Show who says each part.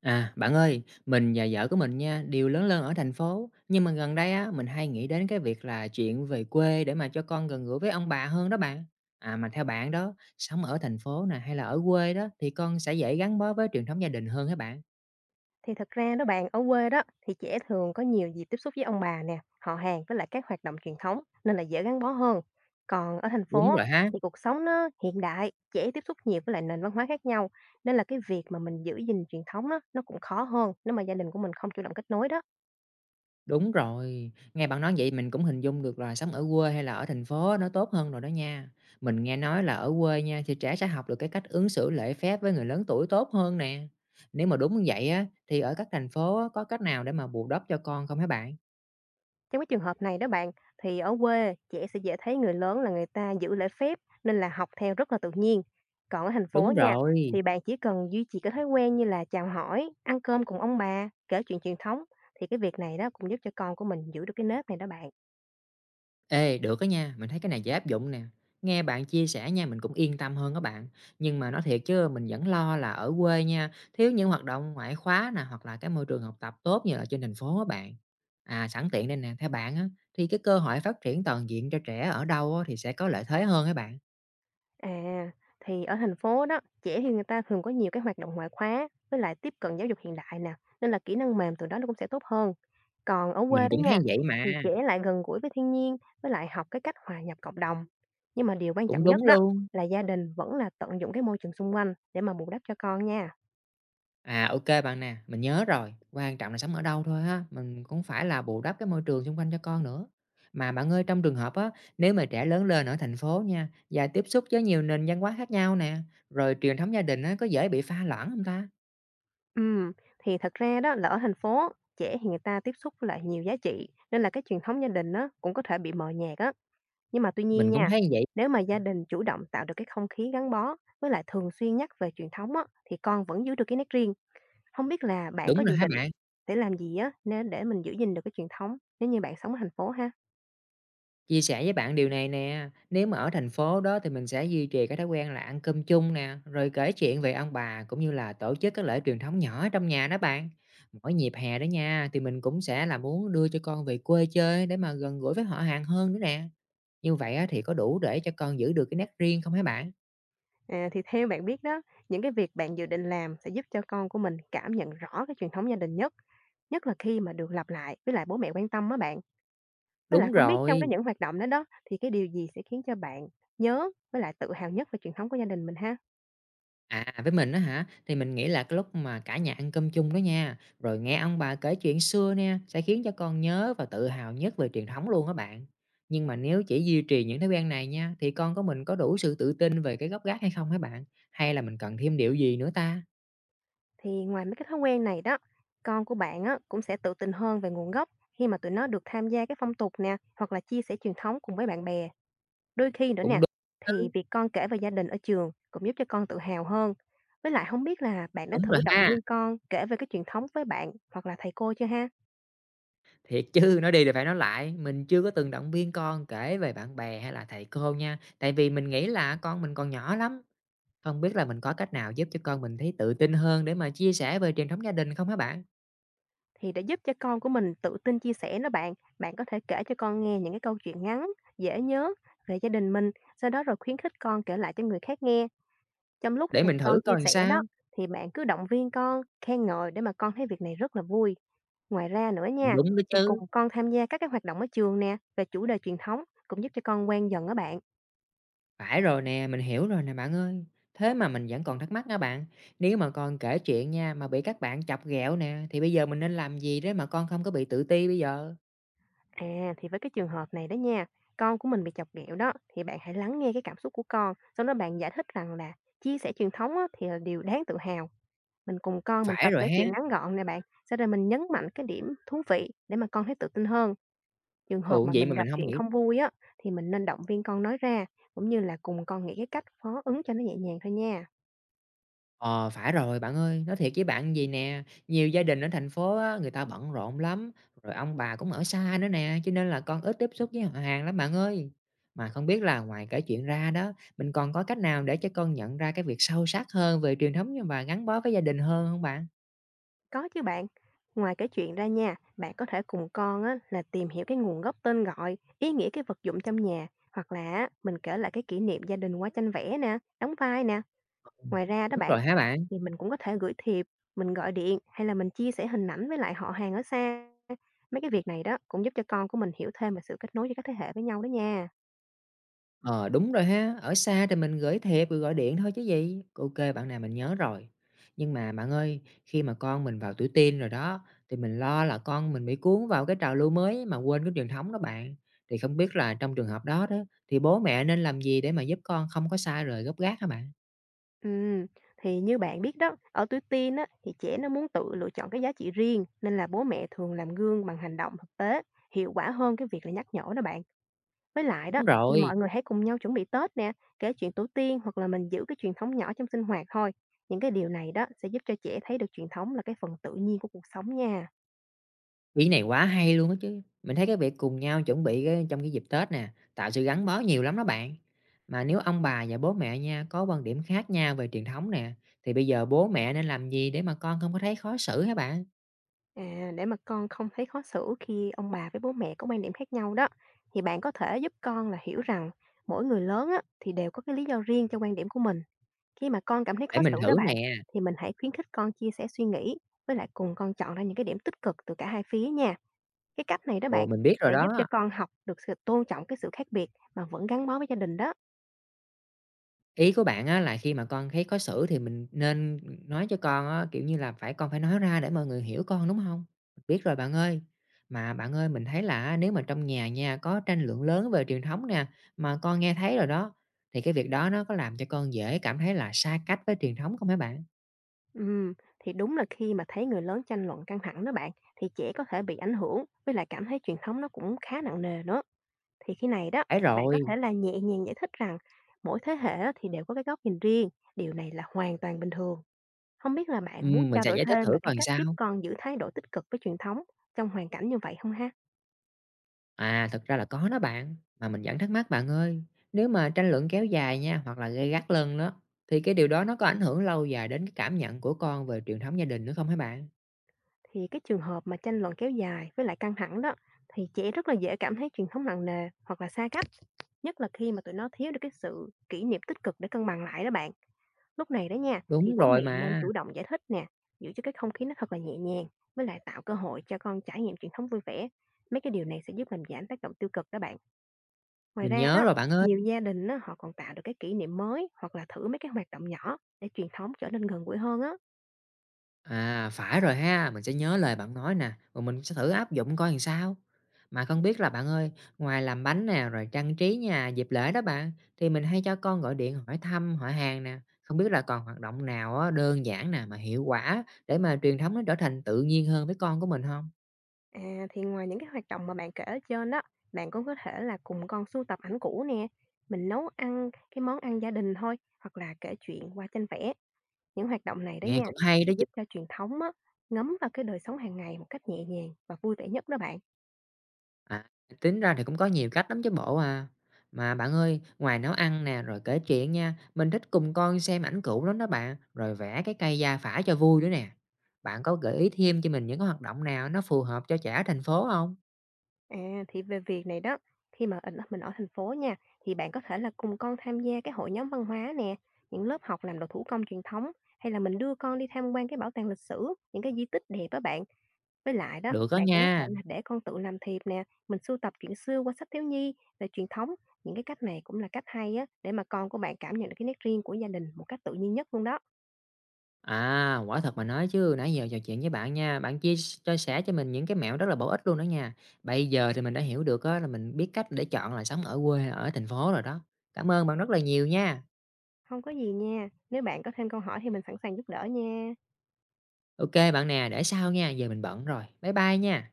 Speaker 1: À, bạn ơi, mình và vợ của mình nha, đều lớn lên ở thành phố, nhưng mà gần đây á, mình hay nghĩ đến cái việc là chuyện về quê để mà cho con gần gũi với ông bà hơn đó bạn. À mà theo bạn đó, sống ở thành phố nè hay là ở quê đó thì con sẽ dễ gắn bó với truyền thống gia đình hơn hả bạn?
Speaker 2: Thì thật ra đó bạn, ở quê đó thì trẻ thường có nhiều dịp tiếp xúc với ông bà nè, họ hàng với lại các hoạt động truyền thống, nên là dễ gắn bó hơn. Còn ở thành phố
Speaker 1: Đúng rồi ha.
Speaker 2: thì cuộc sống nó hiện đại, trẻ tiếp xúc nhiều với lại nền văn hóa khác nhau, nên là cái việc mà mình giữ gìn truyền thống đó, nó cũng khó hơn nếu mà gia đình của mình không chủ động kết nối đó.
Speaker 1: Đúng rồi, nghe bạn nói vậy mình cũng hình dung được là sống ở quê hay là ở thành phố nó tốt hơn rồi đó nha. Mình nghe nói là ở quê nha thì trẻ sẽ học được cái cách ứng xử lễ phép với người lớn tuổi tốt hơn nè. Nếu mà đúng như vậy á thì ở các thành phố á, có cách nào để mà bù đắp cho con không hả bạn?
Speaker 2: Trong cái trường hợp này đó bạn, thì ở quê trẻ sẽ dễ thấy người lớn là người ta giữ lễ phép, nên là học theo rất là tự nhiên. Còn ở thành phố
Speaker 1: Đúng
Speaker 2: nha,
Speaker 1: rồi.
Speaker 2: thì bạn chỉ cần duy trì cái thói quen như là chào hỏi, ăn cơm cùng ông bà, kể chuyện truyền thống, thì cái việc này đó cũng giúp cho con của mình giữ được cái nếp này đó bạn.
Speaker 1: Ê, được á nha, mình thấy cái này dễ áp dụng nè. Nghe bạn chia sẻ nha, mình cũng yên tâm hơn các bạn. Nhưng mà nói thiệt chứ mình vẫn lo là ở quê nha, thiếu những hoạt động ngoại khóa nè, hoặc là cái môi trường học tập tốt như là trên thành phố các bạn. À, sẵn tiện đây nè, theo bạn á, thì cái cơ hội phát triển toàn diện cho trẻ ở đâu á, thì sẽ có lợi thế hơn các bạn.
Speaker 2: À, thì ở thành phố đó, trẻ thì người ta thường có nhiều cái hoạt động ngoại khóa với lại tiếp cận giáo dục hiện đại nè, nên là kỹ năng mềm từ đó nó cũng sẽ tốt hơn. Còn ở
Speaker 1: Mình
Speaker 2: quê đó
Speaker 1: cũng thấy
Speaker 2: nha,
Speaker 1: vậy mà,
Speaker 2: thì trẻ lại gần gũi với thiên nhiên, với lại học cái cách hòa nhập cộng đồng. Nhưng mà điều quan
Speaker 1: cũng
Speaker 2: trọng
Speaker 1: đúng
Speaker 2: nhất đó
Speaker 1: luôn.
Speaker 2: là gia đình vẫn là tận dụng cái môi trường xung quanh để mà bù đắp cho con nha.
Speaker 1: À, OK bạn nè, mình nhớ rồi, quan trọng là sống ở đâu thôi ha, mình cũng phải là bù đắp cái môi trường xung quanh cho con nữa. Mà bạn ơi, trong trường hợp á, nếu mà trẻ lớn lên ở thành phố nha, và tiếp xúc với nhiều nền văn hóa khác nhau nè, rồi truyền thống gia đình á, có dễ bị pha loãng không ta?
Speaker 2: Ừm, thì thật ra đó là ở thành phố, trẻ thì người ta tiếp xúc với lại nhiều giá trị, nên là cái truyền thống gia đình đó cũng có thể bị mờ nhạt á. Nhưng mà tuy nhiên
Speaker 1: Mình cũng
Speaker 2: nha,
Speaker 1: thấy như vậy.
Speaker 2: nếu mà gia đình chủ động tạo được cái không khí gắn bó với lại thường xuyên nhắc về truyền thống á, thì con vẫn giữ được cái nét riêng. Không biết là bạn
Speaker 1: Đúng
Speaker 2: có
Speaker 1: rồi
Speaker 2: dự
Speaker 1: ha
Speaker 2: định
Speaker 1: bạn.
Speaker 2: để làm gì á, nên để mình giữ gìn được cái truyền thống nếu như bạn sống ở thành phố ha?
Speaker 1: Chia sẻ với bạn điều này nè, nếu mà ở thành phố đó thì mình sẽ duy trì cái thói quen là ăn cơm chung nè, rồi kể chuyện về ông bà cũng như là tổ chức các lễ truyền thống nhỏ trong nhà đó bạn. Mỗi dịp hè đó nha, thì mình cũng sẽ là muốn đưa cho con về quê chơi để mà gần gũi với họ hàng hơn nữa nè. Như vậy á, thì có đủ để cho con giữ được cái nét riêng không hả bạn?
Speaker 2: À, thì theo bạn biết đó, những cái việc bạn dự định làm sẽ giúp cho con của mình cảm nhận rõ cái truyền thống gia đình nhất, nhất là khi mà được lặp lại với lại bố mẹ quan tâm á bạn. Với lại
Speaker 1: Đúng
Speaker 2: không biết trong cái
Speaker 1: rồi.
Speaker 2: những hoạt động đó đó, thì cái điều gì sẽ khiến cho bạn nhớ với lại tự hào nhất về truyền thống của gia đình mình ha?
Speaker 1: À, với mình đó hả, thì mình nghĩ là cái lúc mà cả nhà ăn cơm chung đó nha, rồi nghe ông bà kể chuyện xưa nè, sẽ khiến cho con nhớ và tự hào nhất về truyền thống luôn các bạn. Nhưng mà nếu chỉ duy trì những thói quen này nha, thì con của mình có đủ sự tự tin về cái gốc gác hay không hả bạn? Hay là mình cần thêm điều gì nữa ta?
Speaker 2: Thì ngoài mấy cái thói quen này đó, con của bạn á, cũng sẽ tự tin hơn về nguồn gốc khi mà tụi nó được tham gia cái phong tục nè, hoặc là chia sẻ truyền thống cùng với bạn bè. Đôi khi nữa
Speaker 1: Cũng
Speaker 2: nè,
Speaker 1: đúng
Speaker 2: thì
Speaker 1: chứ.
Speaker 2: việc con kể về gia đình ở trường cũng giúp cho con tự hào hơn. Với lại không biết là bạn đã
Speaker 1: Đúng rồi
Speaker 2: thử động
Speaker 1: ha.
Speaker 2: viên con kể về cái truyền thống với bạn hoặc là thầy cô chưa ha?
Speaker 1: Thiệt chứ, nói đi thì phải nói lại, mình chưa có từng động viên con kể về bạn bè hay là thầy cô nha, tại vì mình nghĩ là con mình còn nhỏ lắm. Không biết là mình có cách nào giúp cho con mình thấy tự tin hơn để mà chia sẻ về truyền thống gia đình không hả bạn?
Speaker 2: Thì để giúp cho con của mình tự tin chia sẻ đó bạn, bạn có thể kể cho con nghe những cái câu chuyện ngắn, dễ nhớ về gia đình mình, sau đó rồi khuyến khích con kể lại cho người khác nghe. Trong lúc
Speaker 1: Để
Speaker 2: mà
Speaker 1: mình thử
Speaker 2: con chia
Speaker 1: coi làm
Speaker 2: sẻ đó
Speaker 1: sao.
Speaker 2: thì bạn cứ động viên con, khen ngợi để mà con thấy việc này rất là vui. Ngoài ra nữa nha,
Speaker 1: Đúng đó
Speaker 2: thì
Speaker 1: chứ.
Speaker 2: cùng con tham gia các cái hoạt động ở trường nè về chủ đề truyền thống cũng giúp cho con quen dần á bạn.
Speaker 1: Phải rồi nè, mình hiểu rồi nè bạn ơi. Thế mà mình vẫn còn thắc mắc nha bạn. Nếu mà con kể chuyện nha mà bị các bạn chọc ghẹo nè thì bây giờ mình nên làm gì để mà con không có bị tự ti bây giờ?
Speaker 2: À thì với cái trường hợp này đó nha, con của mình bị chọc ghẹo đó thì bạn hãy lắng nghe cái cảm xúc của con, sau đó bạn giải thích rằng là chia sẻ truyền thống á, thì là điều đáng tự hào. Mình cùng con mình
Speaker 1: Phải
Speaker 2: tập
Speaker 1: rồi
Speaker 2: kể
Speaker 1: ha.
Speaker 2: chuyện ngắn gọn nè bạn, sau rồi mình nhấn mạnh cái điểm thú vị để mà con thấy tự tin hơn. Trường hợp
Speaker 1: Ừ
Speaker 2: mà
Speaker 1: vậy mà
Speaker 2: mình
Speaker 1: mình
Speaker 2: gặp
Speaker 1: không
Speaker 2: chuyện
Speaker 1: nghĩ.
Speaker 2: không vui á, thì mình nên động viên con nói ra, cũng như là cùng con nghĩ cái cách phó ứng cho nó nhẹ nhàng thôi nha.
Speaker 1: Ờ, phải rồi bạn ơi, nói thiệt với bạn gì nè, nhiều gia đình ở thành phố á, người ta bận rộn lắm, rồi ông bà cũng ở xa nữa nè, cho nên là con ít tiếp xúc với họ hàng lắm bạn ơi. Mà không biết là ngoài kể chuyện ra đó, mình còn có cách nào để cho con nhận ra cái việc sâu sắc hơn về truyền thống và gắn bó với gia đình hơn không bạn?
Speaker 2: Có chứ bạn. Ngoài cái chuyện ra nha, bạn có thể cùng con á, là tìm hiểu cái nguồn gốc tên gọi, ý nghĩa cái vật dụng trong nhà, hoặc là á, mình kể lại cái kỷ niệm gia đình qua tranh vẽ nè, đóng vai nè.
Speaker 1: Ừm.
Speaker 2: Ngoài ra đó
Speaker 1: Đúng
Speaker 2: bạn,
Speaker 1: rồi hả bạn?
Speaker 2: thì mình cũng có thể gửi thiệp, mình gọi điện hay là mình chia sẻ hình ảnh với lại họ hàng ở xa. Mấy cái việc này đó cũng giúp cho con của mình hiểu thêm về sự kết nối giữa các thế hệ với nhau đó nha.
Speaker 1: Ờ, đúng rồi ha, ở xa thì mình gửi thiệp rồi gọi điện thôi chứ gì. OK bạn, nào mình nhớ rồi. Nhưng mà bạn ơi, khi mà con mình vào tuổi teen rồi đó, thì mình lo là con mình bị cuốn vào cái trào lưu mới mà quên cái truyền thống đó bạn. Thì không biết là trong trường hợp đó đó, thì bố mẹ nên làm gì để mà giúp con không có xa rời gốc gác hả bạn?
Speaker 2: Ừm, thì như bạn biết đó, ở tuổi teen á, thì trẻ nó muốn tự lựa chọn cái giá trị riêng, nên là bố mẹ thường làm gương bằng hành động thực tế, hiệu quả hơn cái việc là nhắc nhở đó bạn. Với lại đó,
Speaker 1: Đúng
Speaker 2: thì
Speaker 1: rồi.
Speaker 2: mọi người hãy cùng nhau chuẩn bị Tết nè, kể chuyện tổ tiên hoặc là mình giữ cái truyền thống nhỏ trong sinh hoạt thôi. Những cái điều này đó sẽ giúp cho trẻ thấy được truyền thống là cái phần tự nhiên của cuộc sống nha.
Speaker 1: Ý này quá hay luôn á chứ. Mình thấy cái việc cùng nhau chuẩn bị cái trong cái dịp Tết nè, tạo sự gắn bó nhiều lắm đó bạn. Mà nếu ông bà và bố mẹ nha có quan điểm khác nhau về truyền thống nè, thì bây giờ bố mẹ nên làm gì để mà con không có thấy khó xử hả bạn?
Speaker 2: À, để mà con không thấy khó xử khi ông bà với bố mẹ có quan điểm khác nhau đó, thì bạn có thể giúp con là hiểu rằng mỗi người lớn á, thì đều có cái lý do riêng cho quan điểm của mình. Khi mà con cảm thấy
Speaker 1: Để
Speaker 2: khó
Speaker 1: mình
Speaker 2: xử đó
Speaker 1: thử
Speaker 2: bạn,
Speaker 1: nè.
Speaker 2: thì mình hãy khuyến khích con chia sẻ suy nghĩ, với lại cùng con chọn ra những cái điểm tích cực từ cả hai phía nha. Cái cách này đó
Speaker 1: Ồ,
Speaker 2: bạn
Speaker 1: mình biết rồi
Speaker 2: sẽ giúp cho
Speaker 1: đó.
Speaker 2: con học được sự tôn trọng cái sự khác biệt mà vẫn gắn bó với gia đình đó.
Speaker 1: Ý của bạn á là khi mà con thấy khó xử thì mình nên nói cho con á, kiểu như là, phải con phải nói ra để mọi người hiểu con, đúng không? Biết rồi bạn ơi. Mà bạn ơi, mình thấy là á, nếu mà trong nhà nha, có tranh luận lớn về truyền thống nè, mà con nghe thấy rồi đó, thì cái việc đó nó có làm cho con dễ cảm thấy là xa cách với truyền thống không hả bạn?
Speaker 2: Thì đúng là khi mà thấy người lớn tranh luận căng thẳng đó bạn, thì trẻ có thể bị ảnh hưởng, với lại cảm thấy truyền thống nó cũng khá nặng nề nữa. Thì khi này đó,
Speaker 1: Phải
Speaker 2: bạn có
Speaker 1: rồi,
Speaker 2: thể là nhẹ nhàng giải thích rằng mỗi thế hệ á thì đều có cái góc nhìn riêng, điều này là hoàn toàn bình thường. Không biết là bạn muốn
Speaker 1: mình
Speaker 2: trao
Speaker 1: sẽ
Speaker 2: đổi
Speaker 1: giải thích
Speaker 2: thêm
Speaker 1: thử
Speaker 2: về cái
Speaker 1: coi làm
Speaker 2: cách
Speaker 1: sao.
Speaker 2: giúp con giữ thái độ tích cực với truyền thống trong hoàn cảnh như vậy không ha?
Speaker 1: À, thực ra là có đó bạn, mà mình vẫn thắc mắc bạn ơi, nếu mà tranh luận kéo dài nha, hoặc là gay gắt lên đó, thì cái điều đó nó có ảnh hưởng lâu dài đến cái cảm nhận của con về truyền thống gia đình nữa không hả bạn?
Speaker 2: Thì cái trường hợp mà tranh luận kéo dài với lại căng thẳng đó, thì trẻ rất là dễ cảm thấy truyền thống nặng nề hoặc là xa cách, nhất là khi mà tụi nó thiếu được cái sự kỷ niệm tích cực để cân bằng lại đó bạn. Lúc này đó nha, thì
Speaker 1: Đúng
Speaker 2: bố
Speaker 1: rồi
Speaker 2: mẹ nên
Speaker 1: mà,
Speaker 2: chủ động giải thích nè, giữ cho cái không khí nó thật là nhẹ nhàng, với lại tạo cơ hội cho con trải nghiệm truyền thống vui vẻ. Mấy cái điều này sẽ giúp làm giảm tác động tiêu cực đó bạn. Ngoài
Speaker 1: mình
Speaker 2: ra
Speaker 1: nhớ
Speaker 2: đó,
Speaker 1: rồi bạn ơi.
Speaker 2: nhiều gia đình á, họ còn tạo được cái kỷ niệm mới hoặc là thử mấy cái hoạt động nhỏ để truyền thống trở nên gần gũi hơn á.
Speaker 1: À, phải rồi ha, mình sẽ nhớ lời bạn nói nè, và mình sẽ thử áp dụng coi làm sao. Mà không biết là bạn ơi, ngoài làm bánh nè, rồi trang trí nhà dịp lễ đó bạn, thì mình hay cho con gọi điện hỏi thăm, hỏi hàng nè. Không biết là còn hoạt động nào á, đơn giản nè mà hiệu quả để mà truyền thống nó trở thành tự nhiên hơn với con của mình không?
Speaker 2: À, thì ngoài những cái hoạt động mà bạn kể ở trên đó, bạn cũng có thể là cùng con sưu tập ảnh cũ nè, mình nấu ăn cái món ăn gia đình thôi hoặc là kể chuyện qua tranh vẽ. Những hoạt động này đó
Speaker 1: Nghe
Speaker 2: nha,
Speaker 1: cũng hay đó.
Speaker 2: để giúp cho truyền thống á, ngấm vào cái đời sống hàng ngày một cách nhẹ nhàng và vui vẻ nhất đó bạn.
Speaker 1: À, tính ra thì cũng có nhiều cách lắm chứ bộ à. Mà bạn ơi, ngoài nấu ăn nè, rồi kể chuyện nha, mình thích cùng con xem ảnh cũ lắm đó bạn, rồi vẽ cái cây gia phả cho vui nữa nè. Bạn có gợi ý thêm cho mình những cái hoạt động nào nó phù hợp cho trẻ ở thành phố không?
Speaker 2: À, thì về việc này đó, khi mà ở mình ở thành phố nha, thì bạn có thể là cùng con tham gia cái hội nhóm văn hóa nè, những lớp học làm đồ thủ công truyền thống, hay là mình đưa con đi tham quan cái bảo tàng lịch sử, những cái di tích đẹp đó bạn. Với lại đó,
Speaker 1: Được đó
Speaker 2: bạn cũng có thể
Speaker 1: nha.
Speaker 2: là để con tự làm thiệp nè, mình sưu tập truyện xưa qua sách thiếu nhi về truyền thống. Những cái cách này cũng là cách hay á, để mà con của bạn cảm nhận được cái nét riêng của gia đình một cách tự nhiên nhất luôn đó.
Speaker 1: À, quả thật mà nói chứ, nãy giờ trò chuyện với bạn nha, bạn chia sẻ cho mình những cái mẹo rất là bổ ích luôn đó nha. Bây giờ thì mình đã hiểu được á, là mình biết cách để chọn là sống ở quê hay ở thành phố rồi đó. Cảm ơn bạn rất là nhiều nha.
Speaker 2: Không có gì nha, nếu bạn có thêm câu hỏi thì mình sẵn sàng giúp đỡ nha.
Speaker 1: OK, bạn nè, để sau nha, giờ mình bận rồi. Bye bye nha.